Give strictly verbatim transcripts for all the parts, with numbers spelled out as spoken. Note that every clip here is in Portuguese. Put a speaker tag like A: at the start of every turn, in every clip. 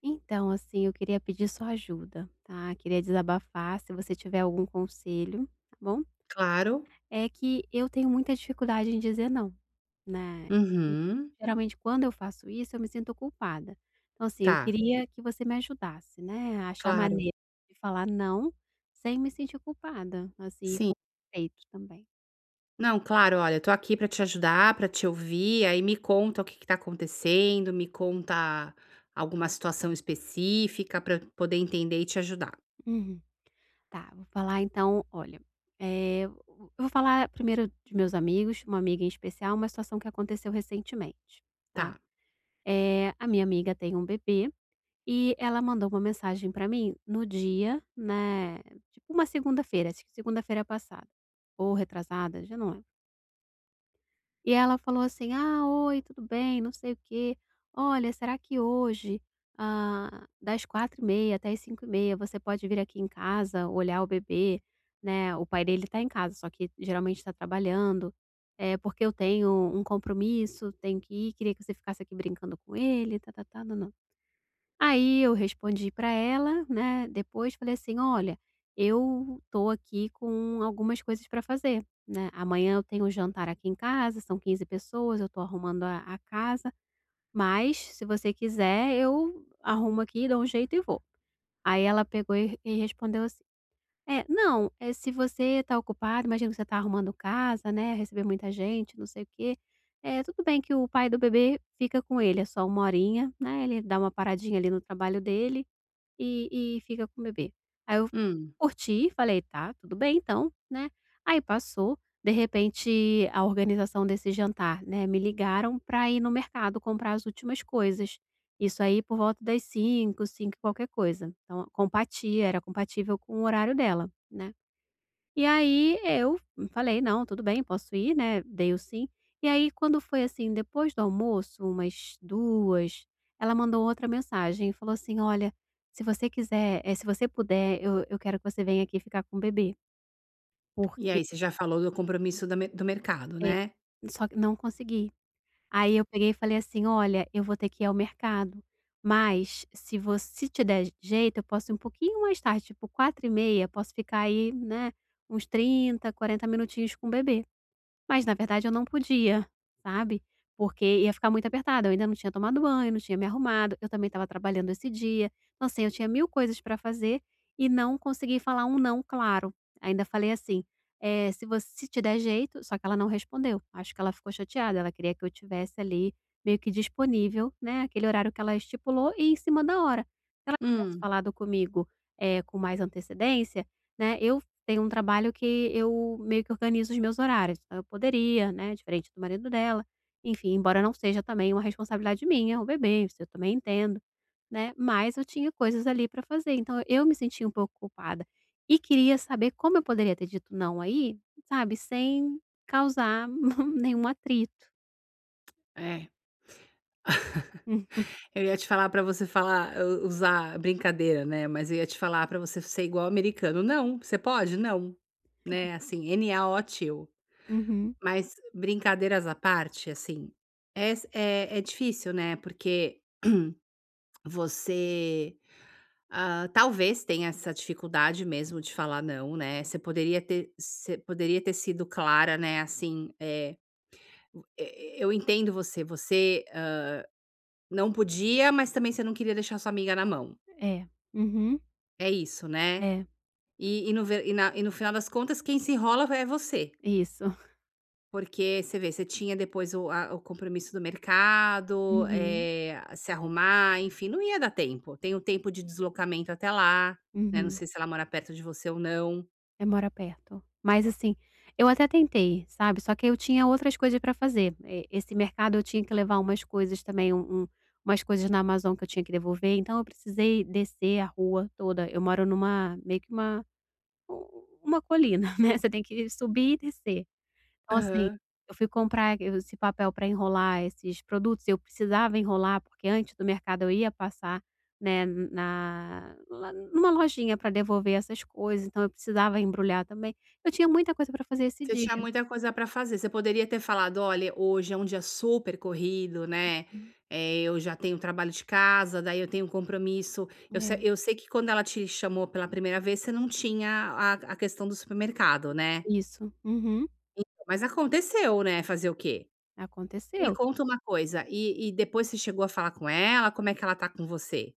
A: Então, assim, eu queria pedir sua ajuda, tá? Queria desabafar, se você tiver algum conselho, tá bom?
B: Claro.
A: É que eu tenho muita dificuldade em dizer não, né? E
B: Uhum.
A: geralmente quando eu faço isso, eu me sinto culpada. Então, assim, eu
B: Tá,
A: queria que você me ajudasse, né? A achar
B: claro.
A: maneira de falar não sem me sentir culpada, assim, e
B: Sim.
A: com respeito também.
B: Não, claro, olha, eu tô aqui pra te ajudar, pra te ouvir, aí me conta o que que tá acontecendo, me conta alguma situação específica pra eu poder entender e te ajudar.
A: Uhum. Tá, vou falar então, olha, é, eu vou falar primeiro de meus amigos, uma amiga em especial, uma situação que aconteceu recentemente, tá?
B: Tá.
A: Eh, a minha amiga tem um bebê e ela mandou uma mensagem pra mim no dia, né, tipo uma segunda-feira, acho que segunda-feira passada ou retrasada, já não lembro. E ela falou assim: "Ah, oi, tudo bem? Não sei o quê. Olha, será que hoje, ah, das quatro e meia até as cinco e meia você pode vir aqui em casa olhar o bebê, né?" O pai dele tá em casa, só que geralmente tá trabalhando. É porque eu tenho um compromisso, tenho que ir, queria que você ficasse aqui brincando com ele, tá-tá-tá, não. Aí eu respondi para ela, né, depois falei assim: "Olha, eu tô aqui com algumas coisas para fazer, né, amanhã eu tenho um jantar aqui em casa, são quinze pessoas, eu tô arrumando a a casa, mas se você quiser eu arrumo aqui, dou um jeito e vou". Aí ela pegou e e respondeu assim: "É, não, é se você tá ocupado, imagino que você tá arrumando casa, né, receber muita gente, não sei o quê, é tudo bem que o pai do bebê fica com ele, é só uma horinha, né, ele dá uma paradinha ali no trabalho dele, e e fica com o bebê. Aí eu
B: Hum.
A: curti, falei: "Tá, tudo bem então", né. Aí passou, de repente a organização desse jantar, né, me ligaram para ir no mercado comprar as últimas coisas. Isso aí por volta das cinco, cinco e qualquer coisa. Então, compatia era compatível com o horário dela, né. E aí eu falei: "Não, tudo bem, posso ir, né", dei o sim. E aí quando foi, assim, depois do almoço, umas duas, ela mandou outra mensagem e falou assim: "Olha, se você quiser, eh, se você puder, eu eu quero que você venha aqui ficar com o bebê,
B: E
A: porque"
B: aí, você já falou do compromisso da me do mercado,
A: é,
B: né?
A: só que não consegui. Aí eu peguei e falei assim: "Olha, eu vou ter que ir ao mercado, mas se você se te der jeito, eu posso ir um pouquinho mais tarde, tipo quatro e meia posso ficar aí, né, uns trinta, quarenta minutinhos com o bebê". Mas na verdade eu não podia, sabe, porque ia ficar muito apertada, eu ainda não tinha tomado banho, não tinha me arrumado, eu também estava trabalhando esse dia, então assim, eu tinha mil coisas para fazer e não consegui falar um "não" claro. Ainda falei assim, eh, "Se você se te der jeito", só que ela não respondeu, acho que ela ficou chateada, ela queria que eu tivesse ali meio que disponível, né, aquele horário que ela estipulou e em cima da hora. Se ela tivesse
B: Hum.
A: falado comigo, eh, com mais antecedência, né, eu tem um trabalho que eu meio que organizo os meus horários. Então eu poderia, né, diferente do marido dela, enfim, embora não seja também uma responsabilidade minha, o bebê, isso eu também entendo, né? Mas eu tinha coisas ali para fazer, então eu me sentia um pouco culpada e queria saber como eu poderia ter dito não aí, sabe, sem causar nenhum atrito.
B: É.
A: Hum,
B: Eu ia te falar pra você falar u usar brincadeira, né, mas eu ia te falar pra você ser igual americano. "Não, você pode? Não", né, assim, n a o.
A: uhum,
B: Mas brincadeiras à parte, assim, é é é difícil, né, porque você, ah, talvez tenha essa dificuldade mesmo de falar não, né, você poderia ter você poderia ter sido clara, né, assim, eh, o eu entendo você, você, hã, não podia, mas também você não queria deixar sua amiga na mão.
A: é, uhum,
B: É isso, né.
A: é,
B: E e no ver e na e no final das contas quem se enrola é você.
A: isso.
B: Porque você vê, você tinha depois o a o compromisso do mercado,
A: Uhum,
B: eh, se arrumar, enfim, não ia dar tempo. Tem o tempo de deslocamento até lá, né, não
A: uhum.
B: sei se ela mora perto de você ou não.
A: É, mora perto. Mas assim, eu até tentei, sabe, só que eu tinha outras coisas pra fazer. E esse mercado eu tinha que levar umas coisas também, um um umas coisas na Amazon que eu tinha que devolver, então eu precisei descer a rua toda. Eu moro numa meio que uma u uma colina, né, você tem que subir e descer. Então, assim,
B: Aham.
A: eu fui comprar esse papel para enrolar esses produtos, eu precisava enrolar, porque antes do mercado eu ia passar, né, na lá numa lojinha para devolver essas coisas, então eu precisava embrulhar também. Eu tinha muita coisa para fazer esse
B: Você
A: dia.
B: tinha muita coisa para fazer, você poderia ter falado: "Olha, hoje é um dia super corrido, né, eh, eu já tenho trabalho de casa, daí eu tenho um compromisso". Eu
A: É,
B: se Eu sei que quando ela te chamou pela primeira vez, você não tinha a a questão do supermercado, né.
A: isso. Uhum,
B: Mas aconteceu, né, fazer o quê? Me
A: aconteceu.
B: conta uma coisa, e e depois você chegou a falar com ela? Como é que ela tá com você?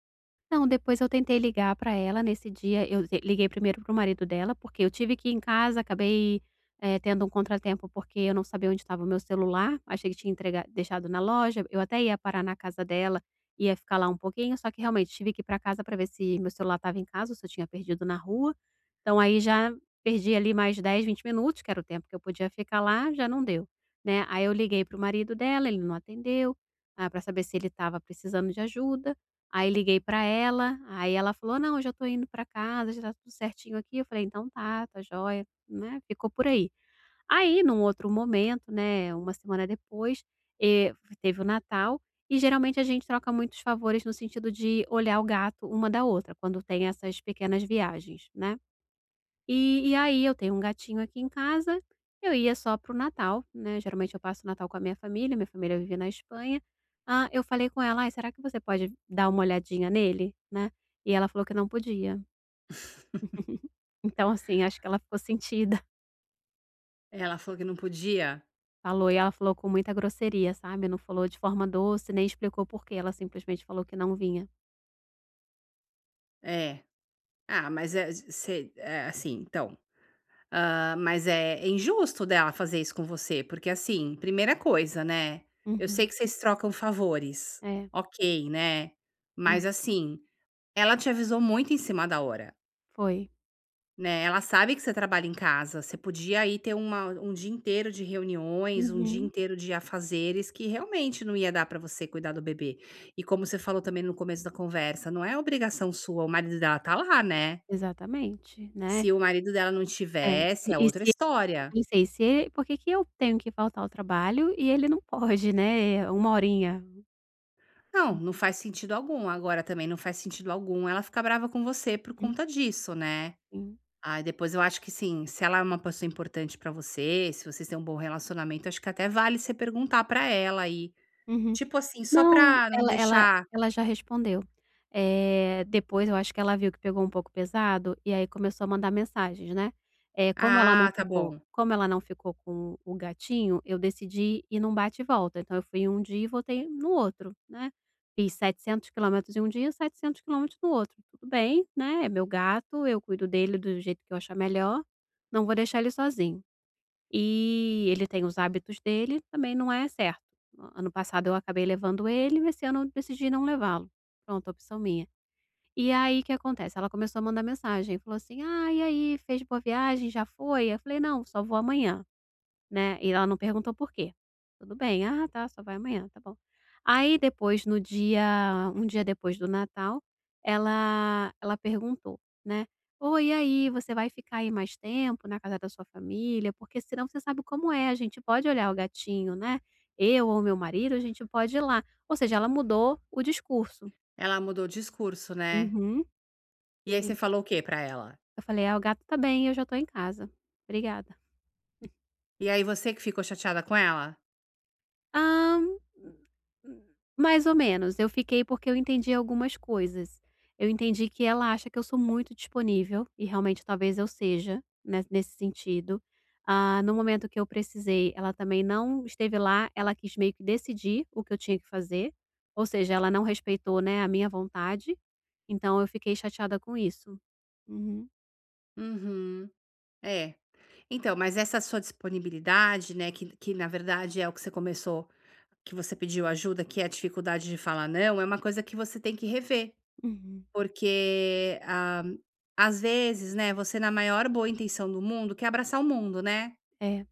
A: Não, depois eu tentei ligar para ela nesse dia, eu ze liguei primeiro pro marido dela, porque eu tive que ir em casa, acabei, eh, tendo um contratempo, porque eu não sabia onde estava o meu celular, achei que tinha entrega deixado na loja, eu até ia parar na casa dela, ia ficar lá um pouquinho, só que realmente tive que ir para casa para ver se meu celular estava em casa ou se eu tinha perdido na rua. Então aí já perdi ali mais dez, vinte minutos, que era o tempo que eu podia ficar lá, já não deu, né. Aí eu liguei pro marido dela, ele não atendeu, para saber se ele estava precisando de ajuda. Aí liguei pra ela, aí ela falou: "Não, eu já tô indo pra casa, já tá tudo certinho aqui". Eu falei: "Então tá, tá jóia", né, ficou por aí. Aí num outro momento, né, uma semana depois, eh, teve o Natal e geralmente a gente troca muitos favores no sentido de olhar o gato uma da outra, quando tem essas pequenas viagens, né. E e aí eu tenho um gatinho aqui em casa, eu ia só pro Natal, né, geralmente eu passo o Natal com a minha família, minha família vive na Espanha. Ah, eu falei com ela: "Ai, será que você pode dar uma olhadinha nele?", né, e ela falou que não podia. Então, assim, acho que ela ficou sentida,
B: Ela falou que não podia?
A: falou e ela falou com muita grosseria, sabe, não falou de forma doce, nem explicou por quê. Ela simplesmente falou que não vinha.
B: É. Ah, mas é você é, assim, então, hã, mas é é injusto dela fazer isso com você, porque, assim, primeira coisa, né, eu sei
A: Uhum.
B: que vocês trocam favores,
A: É.
B: ok, né, mas,
A: Hum.
B: assim, ela te avisou muito em cima da hora.
A: Foi.
B: Né, ela sabe que você trabalha em casa, você podia aí ter uma um dia inteiro de reuniões, um dia
A: Uhum.
B: inteiro de afazeres que realmente não ia dar para você cuidar do bebê. E como você falou também no começo da conversa, não é obrigação sua, o marido dela tá lá, né.
A: Exatamente, né.
B: Se o marido dela não
A: É,
B: tivesse, é
A: e e
B: outra
A: se eu
B: história.
A: pensei: "Se ele, por que que eu tenho que faltar ao trabalho e ele não pode, né, uma horinha?"
B: Não, não faz sentido algum. Agora também não faz sentido algum ela ficar brava com você por conta disso, né.
A: Enfim.
B: Ah, depois eu acho que sim, se ela é uma pessoa importante pra você, se vocês têm um bom relacionamento, acho que até vale você perguntar pra ela aí.
A: Uhum.
B: Tipo assim, só
A: Não,
B: pra não
A: ela ela
B: deixar.
A: ela já respondeu. Eh, depois eu acho que ela viu que pegou um pouco pesado, e aí começou a mandar mensagens, né. Eh, como ela não
B: Ah, tá
A: ficou
B: bom.
A: como ela não ficou com o gatinho, eu decidi ir num bate e volta, então eu fui em um dia e voltei no outro, né. Fiz setecentos quilômetros em um dia, setecentos quilômetros no outro. Tudo bem, né, é meu gato, eu cuido dele do jeito que eu achar melhor, não vou deixar ele sozinho. E ele tem os hábitos dele, também não é certo. Ano passado eu acabei levando ele, esse ano eu decidi não levá-lo. Pronto, opção minha. E aí o que acontece? Ela começou a mandar mensagem, falou assim: "Ah, e aí, fez boa viagem? Já foi?" Eu falei: "Não, só vou amanhã." Né, e ela não perguntou por quê. Tudo bem, "Ah, tá, só vai amanhã, tá bom". Aí depois no dia, um dia depois do Natal, ela ela perguntou, né: "Oi, e aí, você vai ficar aí mais tempo na casa da sua família? Porque senão você sabe como é, a gente pode olhar o gatinho, né, eu ou meu marido, a gente pode ir lá". Ou seja, ela mudou o discurso.
B: Ela mudou o discurso, né.
A: Uhum.
B: E aí você
A: Sim.
B: falou o quê pra ela?
A: Eu falei: "Ah, o gato tá bem, eu já tô em casa. Obrigada".
B: E aí você que ficou chateada com ela?
A: Ah, mais ou menos. Eu fiquei porque eu entendi algumas coisas. Eu entendi que ela acha que eu sou muito disponível, e realmente talvez eu seja, né, nesse sentido. Ah, no momento que eu precisei, ela também não esteve lá, ela quis meio que decidir o que eu tinha que fazer, ou seja, ela não respeitou, né, a minha vontade, então eu fiquei chateada com isso. Uhum,
B: Uhum, é. Então, mas essa sua disponibilidade, né, que que na verdade é o que você começou, que você pediu ajuda, que é a dificuldade de falar não, é uma coisa que você tem que rever,
A: uhum.
B: porque, ah, às vezes, né, você na maior boa intenção do mundo quer abraçar o mundo, né.
A: É,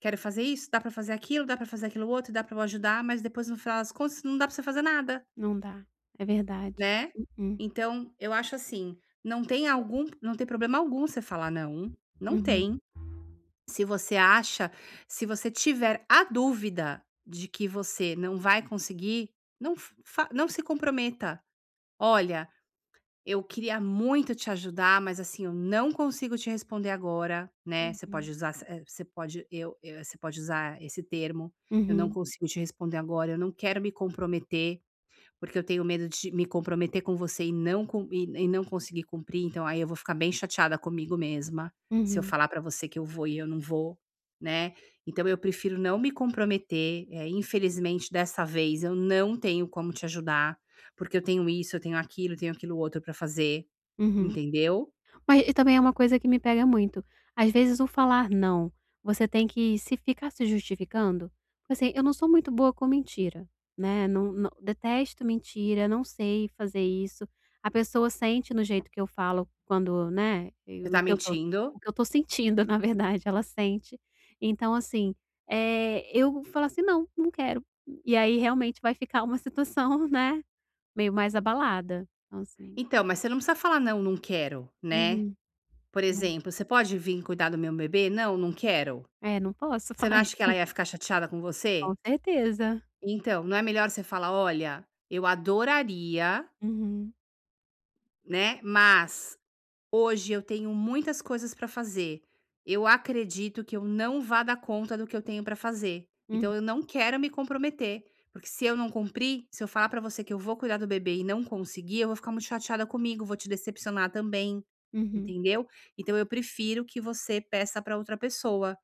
B: Quero fazer isso, dá pra fazer aquilo, dá pra fazer aquilo outro, dá pra eu ajudar, mas depois no final das contas não dá pra você fazer nada,
A: não dá, é verdade.
B: né.
A: Uhum,
B: Então eu acho assim, não tem algum não tem problema algum você falar não, não
A: uhum,
B: tem. Se você acha Se você tiver a dúvida de que você não vai conseguir, não fa não se comprometa. Olha, eu queria muito te ajudar, mas assim, eu não consigo te responder agora, né? Você pode
A: uhum,
B: usar, essa- eh, você pode, eu, eu- você pode usar esse termo. Eu não
A: uhum,
B: consigo te responder agora, eu não quero me comprometer. Porque eu tenho medo de me comprometer com você e não cum e e não conseguir cumprir, então aí eu vou ficar bem chateada comigo mesma, se eu
A: uhum.
B: falar pra você que eu vou e eu não vou, né. Então eu prefiro não me comprometer, eh, infelizmente dessa vez eu não tenho como te ajudar, porque eu tenho isso, eu tenho aquilo, eu tenho aquilo outro pra fazer,
A: Uhum.
B: entendeu.
A: Mas e também é uma coisa que me pega muito. Às vezes o falar não, você tem que se ficar se justificando, porque, assim, eu não sou muito boa com mentira, né, não não detesto mentira, não sei fazer isso. A pessoa sente no jeito que eu falo quando, né,
B: Você
A: eu- o
B: tá
A: que eu tô
B: mentindo.
A: o que eu tô sentindo na verdade, ela sente. Então assim, eh, eu falo assim: "Não, não quero". E aí realmente vai ficar uma situação, né, meio mais abalada. Então assim
B: Então, mas você não precisa falar: "Não, não quero", né.
A: uhum.
B: Por exemplo: "Você pode vir cuidar do meu bebê?". "Não, não quero".
A: É, não posso
B: Você
A: falar
B: não acha que
A: isso.
B: ela ia ficar chateada com
A: Com
B: você?
A: certeza.
B: Então, não é melhor você falar: "Olha, eu adoraria,
A: Uhum.
B: né, mas hoje eu tenho muitas coisas para fazer. Eu acredito que eu não vá dar conta do que eu tenho para fazer,
A: Uhum,
B: então eu não quero me comprometer, porque se eu não cumprir, se eu falar para você que eu vou cuidar do bebê e não conseguir, eu vou ficar muito chateada comigo, vou te decepcionar também",
A: uhum.
B: entendeu? Então eu prefiro que você peça para outra pessoa.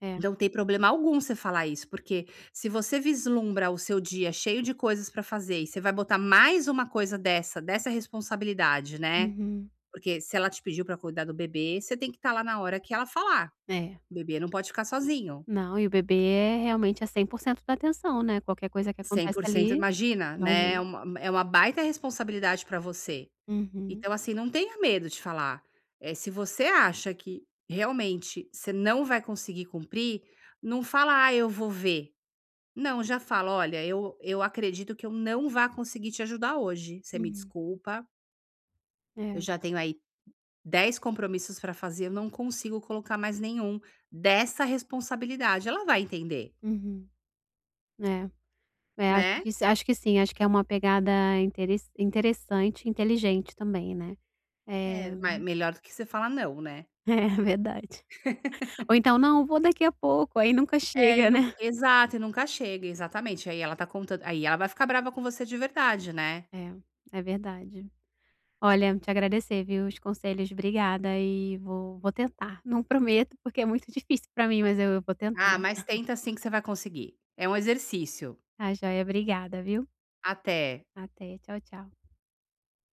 A: É.
B: Não tem problema algum você falar isso, porque se você vislumbra o seu dia cheio de coisas para fazer e você vai botar mais uma coisa dessa, dessa responsabilidade, né,
A: Uhum.
B: porque se ela te pediu para cuidar do bebê, você tem que estar lá na hora que ela falar,
A: É.
B: o bebê não pode ficar sozinho,
A: Não, e o bebê é realmente é cem por cento da atenção, né, qualquer coisa que
B: cem
A: acontece
B: por cento.
A: ali,
B: Imagina, né, é
A: imagina.
B: uma é uma baita responsabilidade para você.
A: Uhum,
B: Então, assim, não tenha medo de falar, eh, se você acha que realmente você não vai conseguir cumprir, não fala: "Ah, eu vou ver". Não, já falo: "Olha, eu eu acredito que eu não vá conseguir te ajudar hoje. Você me
A: uhum.
B: desculpa, eu
A: É,
B: já tenho aí dez compromissos para fazer, eu não consigo colocar mais nenhum dessa responsabilidade". Ela vai entender,
A: uhum. É. É, acho
B: né.
A: que s acho que sim, acho que é uma pegada interes interessante, inteligente também, né.
B: É,
A: É,
B: mas melhor do que você falar não, né.
A: é verdade. Ou então: "Não, vou daqui a pouco", aí nunca
B: É, e
A: chega,
B: nunca
A: né.
B: exato, e nunca chega, exatamente. Aí ela tá contando, aí ela vai ficar brava com você de verdade, né.
A: É, é verdade. Olha, te agradecer, viu, os conselhos. Obrigada e vou vou tentar. Não prometo, porque é muito difícil pra mim, mas eu eu vou
B: "Ah,
A: tentar.
B: mas tenta assim que você vai conseguir". É um exercício.
A: Tá joia, obrigada, viu.
B: Até.
A: Até. Tchau, tchau.